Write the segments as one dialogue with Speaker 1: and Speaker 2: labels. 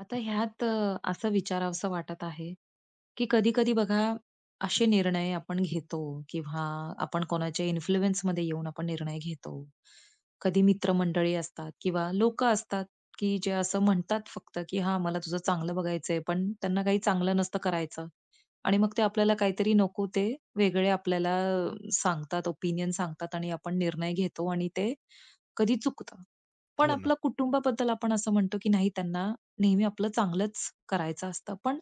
Speaker 1: आता ह्यात असं विचारावसं वाटत आहे, की कधी-कधी बघा असे निर्णय आपण घेतो किंवा आपण कोणाच्या इन्फ्लुअन्समध्ये येऊन आपण निर्णय घेतो. कधी मित्रमंडळी असतात किंवा लोकं असतात, की जे असं म्हणतात फक्त, की "हां, मला तुझं चांगलं बघायचंय," पण त्यांना काही चांगलं नसतं करायचं. आणि मग ते आपल्याला काहीतरी नको ते वेगळे आपल्याला सांगतात, ओपिनियन सांगतात आणि आपण निर्णय घेतो आणि ते कधी चुकतं. पण
Speaker 2: हो ना.
Speaker 1: आपल्या कुटुंबाबद्दल आपण असं म्हणतो, की नाही त्यांना नेहमी आपलं चांगलंच करायचं असतं. पण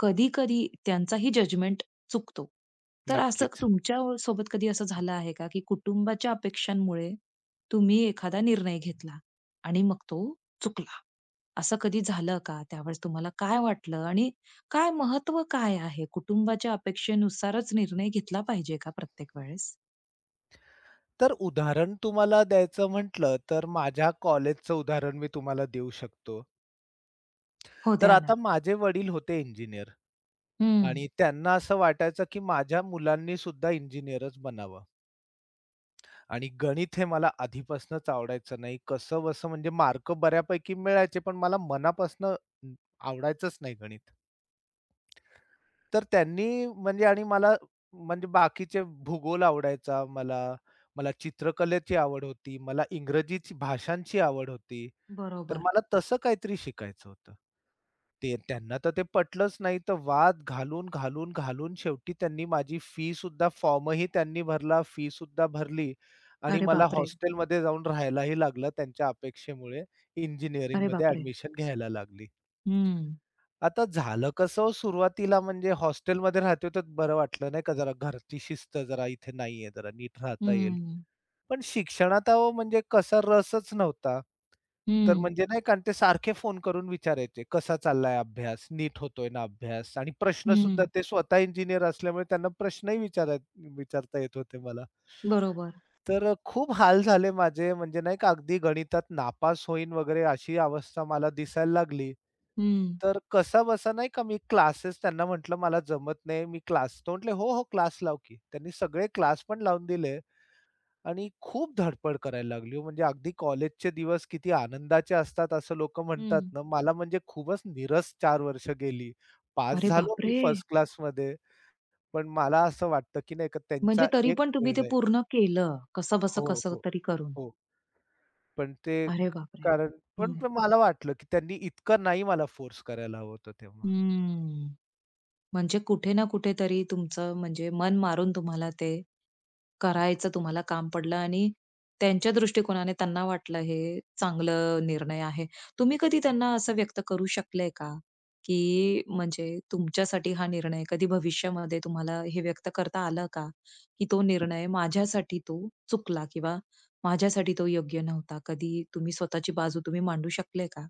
Speaker 1: कधी-कधी त्यांचाही जजमेंट चुकतो. तर असं
Speaker 2: नक्कीच.
Speaker 1: तुमच्या सोबत कधी असं झालं आहे का, की कुटुंबाच्या अपेक्षांमुळे तुम्ही एखादा निर्णय घेतला आणि मग तो चुकला? असं कधी झालं का? त्यावेळेस तुम्हाला काय वाटलं आणि काय महत्त्व काय आहे? कुटुंबाच्या अपेक्षेनुसारच निर्णय घेतला पाहिजे का प्रत्येक वेळेस?
Speaker 2: तर उदाहरण तुम्हाला द्यायचं म्हटलं, तर माझ्या कॉलेजचं उदाहरण मी तुम्हाला देऊ शकतो.
Speaker 1: हो,
Speaker 2: तर
Speaker 1: द्या
Speaker 2: आता
Speaker 1: ना.
Speaker 2: माझे वडील होते इंजिनिअर
Speaker 1: हं.
Speaker 2: आणि त्यांना असं वाटायचं, की माझ्या मुलांनी सुद्धा इंजिनिअरच बनावं आणि गणित हे मला आधीपासूनच आवडायचं नाही. कसंबसं म्हणजे मार्क बऱ्यापैकी मिळायचे, पण मला मनापासून आवडायचंच नाही गणित. तर त्यांनी म्हणजे आणि मला म्हणजे बाकीचे भूगोल आवडायचा मला, मला चित्रकलेची आवड होती, मला इंग्रजीची भाषांची आवड होती. तर
Speaker 1: बरोबर.
Speaker 2: मला तसं काहीतरी शिकायचं होतं. ते त्यांना तर ते पटलंच नाही. तर वाद घालून, घालून, घालून शेवटी त्यांनी माझी फीसुद्धा फॉर्मही त्यांनी भरला, फीसुद्धा भरली आणि
Speaker 1: अरे
Speaker 2: मला
Speaker 1: बापरे!
Speaker 2: हॉस्टेलमध्ये जाऊन राहायलाही लागलं त्यांच्या अपेक्षेमुळे.
Speaker 1: अरे
Speaker 2: इंजिनिअरिंगमध्ये
Speaker 1: बापरे!
Speaker 2: ॲडमिशन घ्यायला लागली.
Speaker 1: हं.
Speaker 2: आता झालं कसं हो, सुरुवातीला म्हणजे हॉस्टेलमध्ये राहते हो, तर बरं वाटलं नाही का, जरा घरची शिस्त जरा इथे नाहीये, जरा नीट राहता येईल.
Speaker 1: हं.
Speaker 2: पण शिक्षणात अहो म्हणजे कसा रसच नव्हता. तर
Speaker 1: हं.
Speaker 2: म्हणजे नाही का आणि ते सारखे फोन करून विचारायचे, "कसा चाललाय अभ्यास? नीट होतोय ना अभ्यास?" आणि प्रश्नसुद्धा
Speaker 1: हं.
Speaker 2: ते स्वतः इंजिनिअर असल्यामुळे त्यांना प्रश्नही विचारता येत होते मला.
Speaker 1: बरोबर.
Speaker 2: तर खूप हाल झाले माझे म्हणजे नाही का अगदी गणितात नापास होईन वगैरे अशी अवस्था मला दिसायला लागली.
Speaker 1: हं.
Speaker 2: तर कसा-बसा नाही का मी क्लासेस त्यांना म्हटलं मला जमत नाही मी क्लास तो म्हटले, "हो, हो क्लास लाव की." त्यांनी सगळे क्लास पण लावून दिले आणि खूप धडपड करायला लागली हो. म्हणजे अगदी कॉलेजचे दिवस किती आनंदाचे असतात असं लोकं
Speaker 1: हं.
Speaker 2: म्हणतात ना, मला म्हणजे खूपच नीरस 4 वर्ष गेली. पास
Speaker 1: अरे
Speaker 2: झालो मी
Speaker 1: बापरे!
Speaker 2: फर्स्ट क्लासमध्ये, पण मला असं वाटतं की नाही का
Speaker 1: म्हणजे
Speaker 2: त्यांचा
Speaker 1: तरी
Speaker 2: एक
Speaker 1: पण तुम्ही ते
Speaker 2: निर्णय
Speaker 1: पूर्ण केलं, कसंबसं
Speaker 2: हो,
Speaker 1: कसं
Speaker 2: हो,
Speaker 1: तरी करून.
Speaker 2: हो. पण ते
Speaker 1: अरे बापरे!
Speaker 2: कारण पण
Speaker 1: हं.
Speaker 2: पण मला वाटलं, की त्यांनी इतकं नाही मला फोर्स करायला हवं होतं तेव्हा.
Speaker 1: हं. म्हणजे कुठे ना कुठेतरी तुमचं म्हणजे मन मारून तुम्हाला ते करायचं तुम्हाला काम पडलं आणि त्यांच्या दृष्टिकोनाने त्यांना वाटलं हे चांगलं निर्णय आहे. तुम्ही कधी त्यांना असं व्यक्त करू शकले का? की म्हणजे तुमच्यासाठी हा निर्णय कधी भविष्यामध्ये तुम्हाला हे व्यक्त करता आलं का? की तो निर्णय माझ्यासाठी तो चुकला किंवा माझ्यासाठी तो योग्य नव्हता. कधी तुम्ही स्वतःची बाजू तुम्ही मांडू शकले का?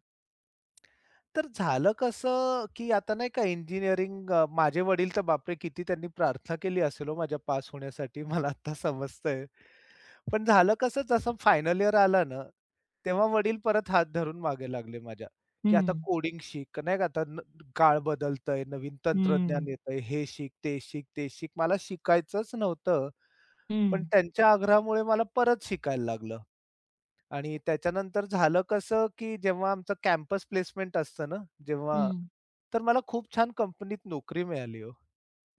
Speaker 2: तर झालं कसं, की आता नाही का इंजिनिअरिंग माझे वडील तर बापरे! किती त्यांनी प्रार्थना केली असेल हो माझ्या पास होण्यासाठी मला आता समजतंय. पण झालं कसं जसं फायनल इयर आला ना, तेव्हा वडील परत हात धरून मागे लागले माझ्या, की आता
Speaker 1: हं,
Speaker 2: कोडिंग शिक नाही का आता काळ बदलतंय, नवीन
Speaker 1: हं,
Speaker 2: तंत्रज्ञान येतंय, हे शिक, ते शिक, ते शिक. मला शिकायचंच नव्हतं,
Speaker 1: हं,
Speaker 2: पण त्यांच्या आग्रहामुळे मला परत शिकायला लागलं. आणि त्याच्यानंतर झालं कसं, की जेव्हा आमचं कॅम्पस प्लेसमेंट असतं ना, जेव्हा
Speaker 1: हं.
Speaker 2: तर मला खूप छान कंपनीत नोकरी मिळाली हो.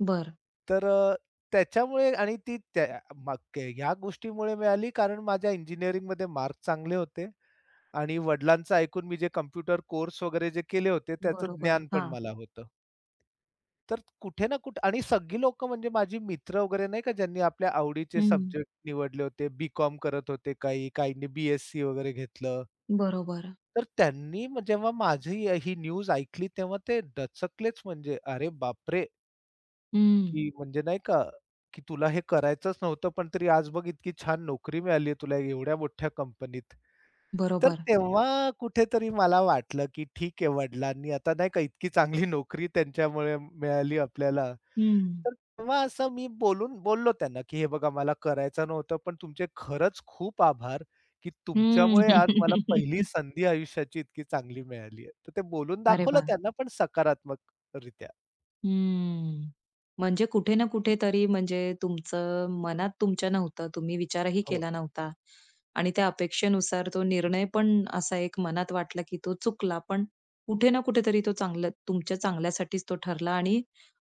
Speaker 1: बरं.
Speaker 2: तर त्याच्यामुळे आणि ती त्या मग ह्या गोष्टीमुळे मिळाली कारण माझ्या इंजिनिअरिंगमध्ये मार्क चांगले होते आणि वडिलांचं ऐकून मी जे कॉम्प्युटर कोर्स वगैरे जे केले होते, त्याचं
Speaker 1: बरोबर.
Speaker 2: ज्ञान पण
Speaker 1: हां.
Speaker 2: मला होतं. तर कुठे ना कुठे आणि सगळी लोकं म्हणजे माझी मित्र वगैरे नाही का, ज्यांनी आपल्या आवडीचे
Speaker 1: हं.
Speaker 2: सब्जेक्ट निवडले होते, बी-कॉम करत होते काही, काहींनी बी-एस-सी वगैरे घेतलं.
Speaker 1: बरोबर.
Speaker 2: तर त्यांनी मग जेव्हा माझी ही न्यूज ऐकली तेव्हा ते दचकलेच म्हणजे, "अरे बापरे!"
Speaker 1: हं.
Speaker 2: की म्हणजे नाही का, की "तुला हे करायचंच नव्हतं, पण तरी आज बघ इतकी छान नोकरी मिळाली आहे तुला एवढ्या मोठ्या कंपनीत." तर
Speaker 1: बरोबर.
Speaker 2: तेव्हा कुठेतरी मला वाटलं, की ठीक आहे वडिलांनी आता नाही का इतकी चांगली नोकरी त्यांच्यामुळे मिळाली आपल्याला.
Speaker 1: हं.
Speaker 2: तर तेव्हा असं मी बोलून बोललो त्यांना, की "हे बघा मला करायचं नव्हतं, पण तुमचे खरंच खूप आभार, की तुमच्यामुळे
Speaker 1: हम्म.
Speaker 2: आज मला पहिली संधी आयुष्याची इतकी चांगली मिळाली आहे." तर ते बोलून
Speaker 1: अरे
Speaker 2: दाखवलं
Speaker 1: वाह!
Speaker 2: त्यांना, पण सकारात्मकरित्या.
Speaker 1: हम्म. म्हणजे कुठे ना कुठेतरी म्हणजे तुमचं मनात तुमच्या नव्हतं. तुम्ही विचारही
Speaker 2: हो,
Speaker 1: केला नव्हता आणि त्या अपेक्षेनुसार तो निर्णय पण असा एक मनात वाटला, की तो चुकला. पण कुठे ना कुठेतरी तो चांगलं तुमच्या चांगल्यासाठीच तो ठरला आणि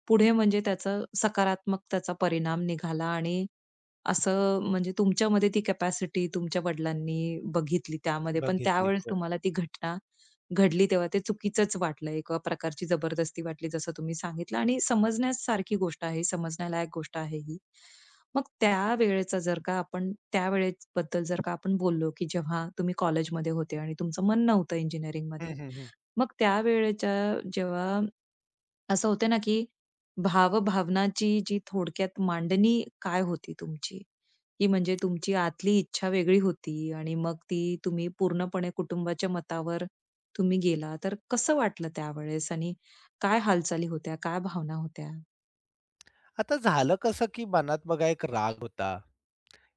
Speaker 1: पुढे म्हणजे त्याचा सकारात्मक त्याचा परिणाम निघाला आणि असं म्हणजे तुमच्यामध्ये ती कॅपॅसिटी तुमच्या वडिलांनी बघितली त्यामध्ये. पण
Speaker 2: बघितली.
Speaker 1: त्यावेळेस
Speaker 2: हो.
Speaker 1: तुम्हाला ती घटना घडली तेव्हा ते चुकीचंच वाटलं. एका प्रकारची जबरदस्ती वाटली जसं तुम्ही सांगितलं आणि समजण्यासारखी गोष्ट आहे, समजण्यालायक गोष्ट आहे ही. मग त्यावेळेचा जर का आपण त्यावेळेबद्दल जर का आपण बोललो, की जेव्हा तुम्ही कॉलेजमध्ये होते आणि तुमचं मन नव्हतं
Speaker 2: हं,
Speaker 1: इंजिनिअरिंगमध्ये.
Speaker 2: हं, हं.
Speaker 1: मग त्यावेळेच्या जेव्हा असं होते ना, की भावभावनाची जी थोडक्यात मांडणी काय होती तुमची? की म्हणजे तुमची आतली इच्छा वेगळी होती आणि मग ती तुम्ही पूर्णपणे कुटुंबाच्या मतावर तुम्ही गेला. तर कसं वाटलं त्यावेळेस आणि काय हालचाली होत्या? काय भावना होत्या?
Speaker 2: आता झालं कसं, की मनात बघा एक राग होता,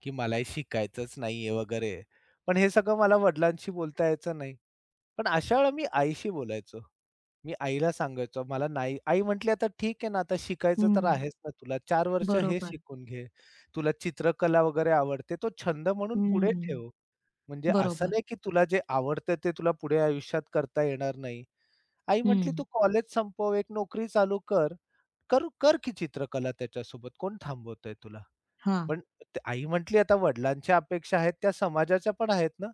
Speaker 2: की मला हे शिकायचंच नाहीये वगैरे. पण हे सगळं मला वडिलांशी बोलता यायचं नाही. पण अशा वेळेला मी आईशी बोलायचो. मी आईला सांगायचो मला नाही आई म्हटली, "आता ठीक आहे ना, आता शिकायचं तर
Speaker 1: हं.
Speaker 2: आहेच ना तुला. चार वर्ष हे
Speaker 1: बरोबर.
Speaker 2: शिकून घे. तुला चित्रकला वगैरे आवडते, तो छंद म्हणून पुढे
Speaker 1: हं.
Speaker 2: ठेव. म्हणजे असं
Speaker 1: बरोबर.
Speaker 2: नाही की तुला जे आवडतं ते तुला पुढे आयुष्यात करता येणार नाही." आई म्हटली,
Speaker 1: हं.
Speaker 2: "तू कॉलेज संपव, एक नोकरी चालू कर. कर कर की चित्रकला त्याच्यासोबत. कोण थांबवतंय तुला?"
Speaker 1: हां.
Speaker 2: पण ते- आई म्हटली, "आता वडिलांच्या अपेक्षा आहेत, त्या समाजाच्या पण आहेत ना."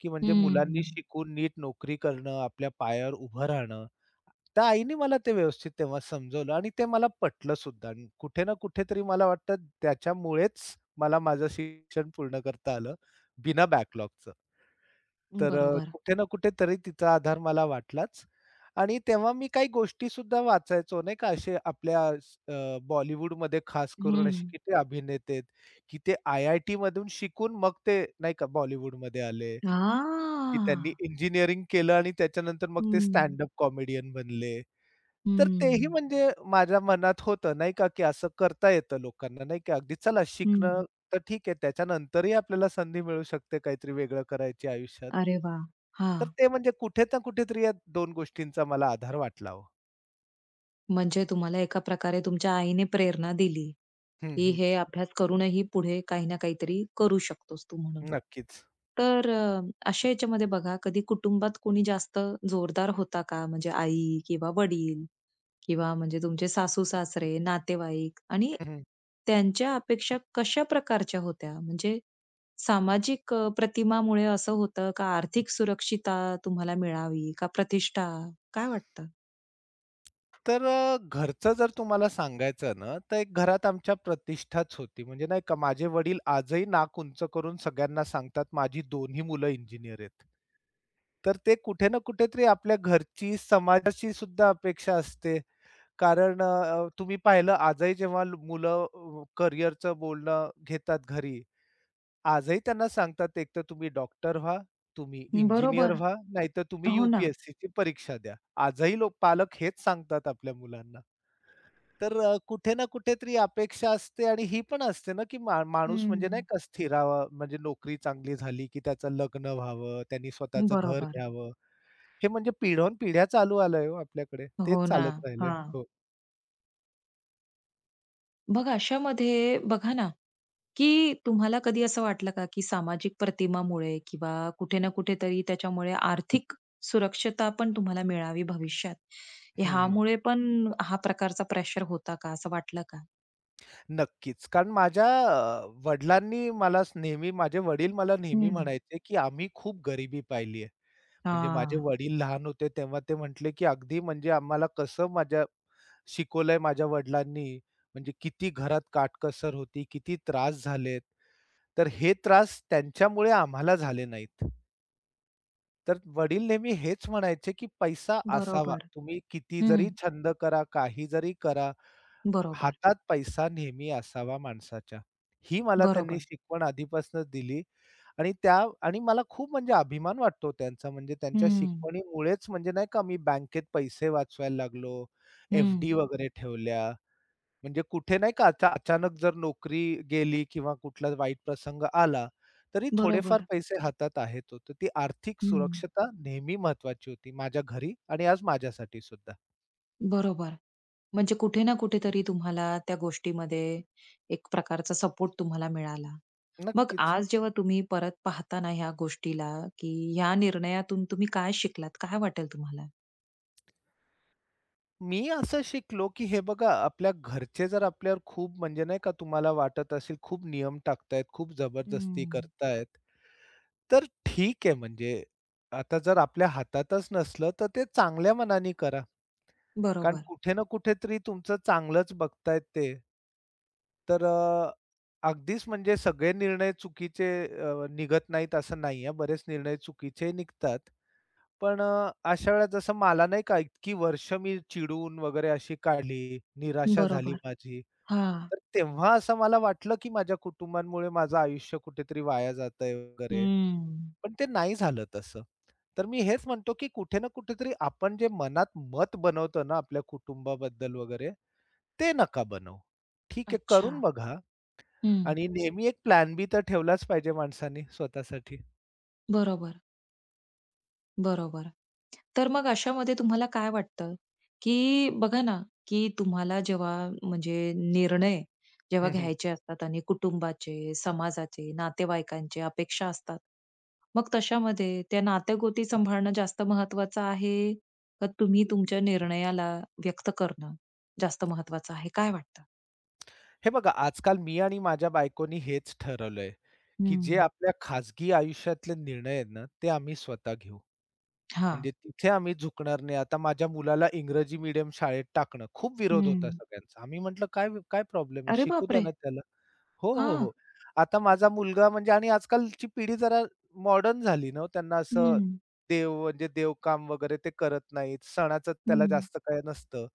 Speaker 2: की म्हणजे मुलांनी
Speaker 1: हं.
Speaker 2: शिकून नीट नोकरी करणं, आपल्या पायावर उभं राहणं. त्या आईनी मला ते व्यवस्थित तेव्हा समजवलं आणि ते मला पटलं सुद्धा. आणि कुठे ना कुठेतरी मला वाटतं त्याच्यामुळेच मला माझं शिक्षण पूर्ण करता आलं, बिना बॅकलॉगचं. तर
Speaker 1: बरोबर.
Speaker 2: कुठे ना कुठेतरी तिचा आधार मला वाटलाच आणि तेव्हा मी काही गोष्टीसुद्धा वाचायचो नाही का, असे आपल्या बॉलिवूडमध्ये खास करून
Speaker 1: हं.
Speaker 2: असे किती अभिनेते आहेत, की ते आय-आय-टीमधून शिकून मग ते नाही का बॉलिवूडमध्ये आले. की त्यांनी
Speaker 1: हां.
Speaker 2: इंजिनिअरिंग केलं आणि त्याच्यानंतर मग ते
Speaker 1: हं.
Speaker 2: स्टँडअप कॉमेडियन बनले. तर तेही
Speaker 1: हं.
Speaker 2: म्हणजे माझ्या मनात होतं नाही का, की असं करता येतं लोकांना नाही का. अगदी चला
Speaker 1: हं.
Speaker 2: शिकणं तर ठीक आहे, त्याच्यानंतरही आपल्याला संधी मिळू शकते काहीतरी वेगळं करायची आयुष्यात.
Speaker 1: अरे वाह! हां.
Speaker 2: तर ते म्हणजे कुठे ना कुठेतरी या 2 गोष्टींचा मला आधार वाटला हो.
Speaker 1: म्हणजे तुम्हाला एका प्रकारे तुमच्या आईने प्रेरणा दिली,
Speaker 2: हं,
Speaker 1: की
Speaker 2: हं.
Speaker 1: हे अभ्यास करूनही पुढे काही ना काहीतरी करू शकतोस तू म्हणून.
Speaker 2: नक्कीच.
Speaker 1: तर अशा याच्यामध्ये बघा कधी कुटुंबात कोणी जास्त जोरदार होता का? म्हणजे आई किंवा वडील किंवा म्हणजे तुमचे सासू-सासरे, नातेवाईक आणि
Speaker 2: हं, हं.
Speaker 1: त्यांच्या अपेक्षा कशा प्रकारच्या होत्या? म्हणजे सामाजिक प्रतिमामुळे असं होतं का आर्थिक सुरक्षितता तुम्हाला मिळावी का प्रतिष्ठा? काय वाटतं?
Speaker 2: तर घरचं जर तुम्हाला सांगायचं ना, तर एक घरात आमच्या प्रतिष्ठाच होती. म्हणजे नाही का माझे वडील आजही नाक उंच करून सगळ्यांना सांगतात, माझी दोन्ही मुलं इंजिनियर आहेत. तर ते कुठे ना कुठेतरी आपल्या घरची, समाजाची सुद्धा अपेक्षा असते. कारण तुम्ही पाहिलं आजही जेव्हा मुलं करिअरचं बोलणं घेतात घरी, आजही त्यांना सांगतात एकतर तुम्ही डॉक्टर व्हा, तुम्ही इंजिनिअर
Speaker 1: बरोबर.
Speaker 2: व्हा, नाहीतर तुम्ही
Speaker 1: हो
Speaker 2: यू
Speaker 1: ना.
Speaker 2: परीक्षा द्या. आजही लोक पालक हेच सांगतात आपल्या मुलांना. तर कुठे ना कुठेतरी अपेक्षा असते आणि ही पण असते ना, की माणूस म्हणजे नाही
Speaker 1: हम्म,
Speaker 2: का स्थिरावा, म्हणजे नोकरी चांगली झाली, की त्याचं लग्न व्हावं, त्यांनी स्वतःचं घर
Speaker 1: बरोबर.
Speaker 2: घ्यावं. हे म्हणजे पिढ्यानपिढ्या चालू आलंय हो आपल्याकडे. तेच
Speaker 1: हो ना.
Speaker 2: चालत राहिलंय.
Speaker 1: हां.
Speaker 2: हो.
Speaker 1: मग अशामध्ये बघा ना, की तुम्हाला कधी असं वाटलं का, की सामाजिक प्रतिमामुळे किंवा कुठे ना कुठेतरी त्याच्यामुळे आर्थिक सुरक्षता पण तुम्हाला मिळावी भविष्यात,
Speaker 2: हं, हं.
Speaker 1: ह्यामुळे पण हा प्रकारचा प्रेशर होता का, असं वाटलं का?
Speaker 2: नक्कीच. कारण माझ्या वडिलांनी मला नेहमी माझे वडील मला नेहमी
Speaker 1: हं.
Speaker 2: म्हणायचे, की आम्ही खूप गरिबी पाहिली आहे. म्हणजे माझे
Speaker 1: हां.
Speaker 2: वडील लहान होते तेव्हा ते म्हटले, की अगदी म्हणजे आम्हाला कसं माझ्या शिकवलंय माझ्या वडिलांनी, म्हणजे किती घरात काटकसर होती, किती त्रास झालेत. तर हे त्रास त्यांच्यामुळे आम्हाला झाले नाहीत. तर वडील नेहमी हेच म्हणायचे, की पैसा असावा.
Speaker 1: बरोबर.
Speaker 2: तुम्ही किती
Speaker 1: हं.
Speaker 2: जरी छंद करा, काही जरी करा,
Speaker 1: बरोबर,
Speaker 2: हातात पैसा नेहमी असावा माणसाच्या. ही मला त्यांनी
Speaker 1: बरोबर.
Speaker 2: शिकवण आधीपासूनच दिली आणि त्या आणि मला खूप म्हणजे अभिमान वाटतो त्यांचा. म्हणजे त्यांच्या
Speaker 1: हं,
Speaker 2: शिकवणीमुळेच म्हणजे नाही का मी बँकेत पैसे वाचवायला लागलो, एफ-डी
Speaker 1: हं.
Speaker 2: वगैरे ठेवल्या. म्हणजे कुठे नाही का आता अचानक जर नोकरी गेली किंवा कुठला वाईट प्रसंग आला, तरी थोडेफार
Speaker 1: बरोबर.
Speaker 2: पैसे हातात आहेत हो. तर ती आर्थिक
Speaker 1: हं.
Speaker 2: सुरक्षता नेहमी महत्वाची होती माझ्या घरी आणि आज माझ्यासाठी सुद्धा.
Speaker 1: बरोबर. म्हणजे कुठे ना कुठेतरी तुम्हाला त्या गोष्टीमध्ये एक प्रकारचा सपोर्ट तुम्हाला मिळाला. मग
Speaker 2: नक्कीच.
Speaker 1: आज जेव्हा तुम्ही परत पाहता ना ह्या गोष्टीला, की ह्या निर्णयातून तुम्ही काय शिकलात? काय वाटेल तुम्हाला?
Speaker 2: मी असं शिकलो, की हे बघा आपल्या घरचे जर आपल्यावर खूप म्हणजे नाही का तुम्हाला वाटत असेल खूप नियम टाकतायत, खूप जबरदस्ती
Speaker 1: हं.
Speaker 2: करतायत, तर ठीक आहे म्हणजे आता जर आपल्या हातातच नसलं तर ते चांगल्या मनाने करा. कारण
Speaker 1: बरोबर,
Speaker 2: कुठे ना कुठेतरी तुमचं चांगलंच बघतायत ते. तर अगदीच म्हणजे सगळे निर्णय चुकीचे निघत नाहीत असं नाहीये. बरेच निर्णय चुकीचे निघतात. पण अशा वेळेला जसं मला नाही का इतकी वर्ष मी चिडून वगैरे अशी काढली, निराशा झाली
Speaker 1: बरोबर.
Speaker 2: माझी.
Speaker 1: हां.
Speaker 2: तर तेव्हा असं मला वाटलं, की माझ्या कुटुंबांमुळे माझं आयुष्य कुठेतरी वाया जातंय वगैरे.
Speaker 1: हं.
Speaker 2: पण ते नाही झालं तसं. तर मी हेच म्हणतो, की कुठे ना कुठेतरी आपण जे मनात मत बनवतो ना आपल्या कुटुंबाबद्दल वगैरे, ते नका बनवू. ठीक आहे,
Speaker 1: अच्छा.
Speaker 2: करून बघा
Speaker 1: हं.
Speaker 2: आणि नेहमी एक प्लॅन बी तर ठेवलाच पाहिजे माणसानी स्वतःसाठी.
Speaker 1: बरोबर. बरोबर. तर मग अशामध्ये तुम्हाला काय वाटतं, की बघा ना, की तुम्हाला जेव्हा म्हणजे निर्णय जेव्हा
Speaker 2: हं, हं.
Speaker 1: घ्यायचे असतात आणि कुटुंबाचे, समाजाचे, नातेवाईकांचे अपेक्षा असतात. मग तशामध्ये त्या नातेगोती गोती सांभाळणं जास्त महत्वाचं आहे, का तुम्ही तुमच्या निर्णयाला व्यक्त करणं जास्त महत्वाचं आहे? काय वाटतं?
Speaker 2: हे बघा आजकाल मी आणि माझ्या बायकोनी हेच ठरवलंय, की जे
Speaker 1: हं.
Speaker 2: आपल्या खाजगी आयुष्यातले निर्णय आहेत ना, ते आम्ही स्वतः घेऊ.
Speaker 1: हां.
Speaker 2: म्हणजे तिथे आम्ही झुकणार नाही. आता माझ्या मुलाला इंग्रजी मीडियम शाळेत टाकणं खूप विरोध होता
Speaker 1: हं.
Speaker 2: सगळ्यांचा. आम्ही म्हटलं, "काय काय प्रॉब्लेम आहे?
Speaker 1: अरे
Speaker 2: शिकू द्या
Speaker 1: बापरे!
Speaker 2: ना त्याला." हो, हो,
Speaker 1: हां.
Speaker 2: हो. आता माझा मुलगा म्हणजे आणि आजकालची पिढी जरा मॉडर्न झाली ना हो. त्यांना असं
Speaker 1: हं,
Speaker 2: देव म्हणजे देवकाम वगैरे ते करत नाहीत. सणाचं त्याला
Speaker 1: हं.
Speaker 2: जास्त काय नसतं.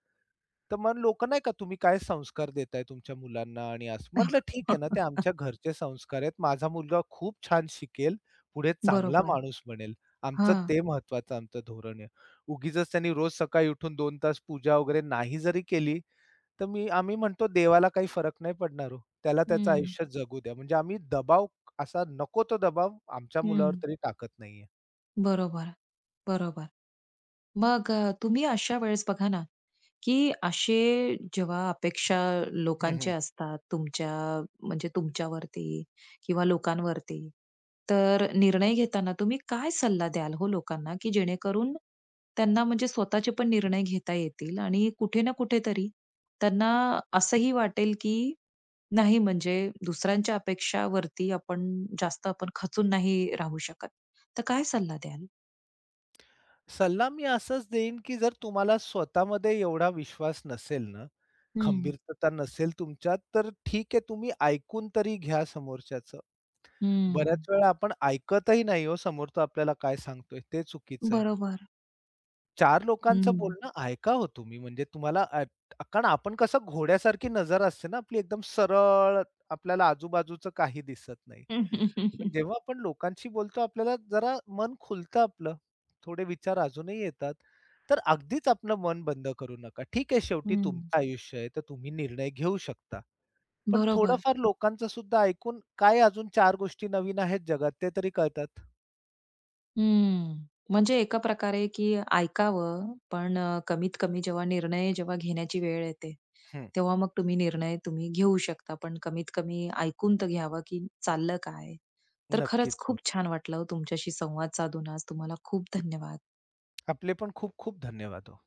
Speaker 2: तर मग लोकं नाही का, "तुम्ही काय संस्कार देताय तुमच्या मुलांना?" आणि असं. म्हटलं, "ठीक आहे ना, ते आमच्या घरचे संस्कार आहेत. माझा मुलगा खूप छान शिकेल, पुढे चांगला
Speaker 1: बरोबर.
Speaker 2: माणूस बनेल. आमचं
Speaker 1: हां.
Speaker 2: ते महत्त्वाचं आमचं धोरण आहे." उगीचच त्यांनी रोज सकाळी उठून 2 तास पूजा वगैरे नाही जरी केली, तर मी आम्ही म्हणतो देवाला काही फरक नाही पडणार हो. त्याला त्याचं
Speaker 1: हं.
Speaker 2: आयुष्य जगू द्या. म्हणजे आम्ही दबाव असा नको तो दबाव आमच्या मुलावर
Speaker 1: हं.
Speaker 2: तरी टाकत नाहीये.
Speaker 1: बरोबर, बरोबर. मग तुम्ही अशा वेळेस बघा ना, की असे जेव्हा अपेक्षा
Speaker 2: हं,
Speaker 1: लोकांचे
Speaker 2: हं.
Speaker 1: असतात तुमच्या म्हणजे तुमच्यावरती किंवा लोकांवरती, तर निर्णय घेताना तुम्ही काय सल्ला द्याल हो लोकांना, की जेणेकरून त्यांना म्हणजे स्वतःचे पण निर्णय घेता येतील आणि कुठे ना कुठेतरी त्यांना असंही वाटेल, की नाही म्हणजे दुसऱ्यांच्या अपेक्षावरती आपण जास्त आपण खचून नाही राहू शकत. तर काय सल्ला द्याल?
Speaker 2: सल्ला मी असाच देईन, की जर तुम्हाला स्वतःमध्ये एवढा विश्वास नसेल ना,
Speaker 1: हं,
Speaker 2: खंबीरता नसेल तुमच्यात, तर ठीक आहे तुम्ही ऐकून तरी घ्या समोरच्याचं. बऱ्याच
Speaker 1: हं.
Speaker 2: वेळा आपण ऐकतही नाही हो समोर तो आपल्याला काय सांगतोय, ते चुकीचं आहे.
Speaker 1: बरोबर.
Speaker 2: चार लोकांचं
Speaker 1: हं.
Speaker 2: बोलणं ऐका हो तुम्ही, म्हणजे तुम्हाला कारण आपण कसं घोड्यासारखी नजर असते ना आपली एकदम सरळ, आपल्याला आजूबाजूचं काही दिसत नाही. पण जेव्हा आपण लोकांशी बोलतो आपल्याला जरा मन खुलतं आपलं. थोडे विचार अजूनही येतात. तर अगदीच आपलं मन बंद करू नका. ठीक आहे शेवटी
Speaker 1: हं.
Speaker 2: तुमचं आयुष्य आहे, तर तुम्ही निर्णय घेऊ शकता. पण
Speaker 1: बरोबर.
Speaker 2: थोडंफार लोकांचं सुद्धा ऐकून काय अजून 4 गोष्टी नवीन आहेत जगात ते तरी कळतात.
Speaker 1: हं. म्हणजे एका प्रकारे की ऐकावं, पण कमीत कमी जेव्हा निर्णय जेव्हा घेण्याची वेळ येते,
Speaker 2: हं,
Speaker 1: तेव्हा मग तुम्ही निर्णय तुम्ही घेऊ शकता. पण कमीत कमी ऐकून तर घ्यावं की चाललं काय? तर खरंच
Speaker 2: नक्कीच हो.
Speaker 1: खूप छान वाटलं हो तुमच्याशी संवाद साधून आज. तुम्हाला खूप धन्यवाद.
Speaker 2: आपले पण खूप खूप धन्यवाद हो.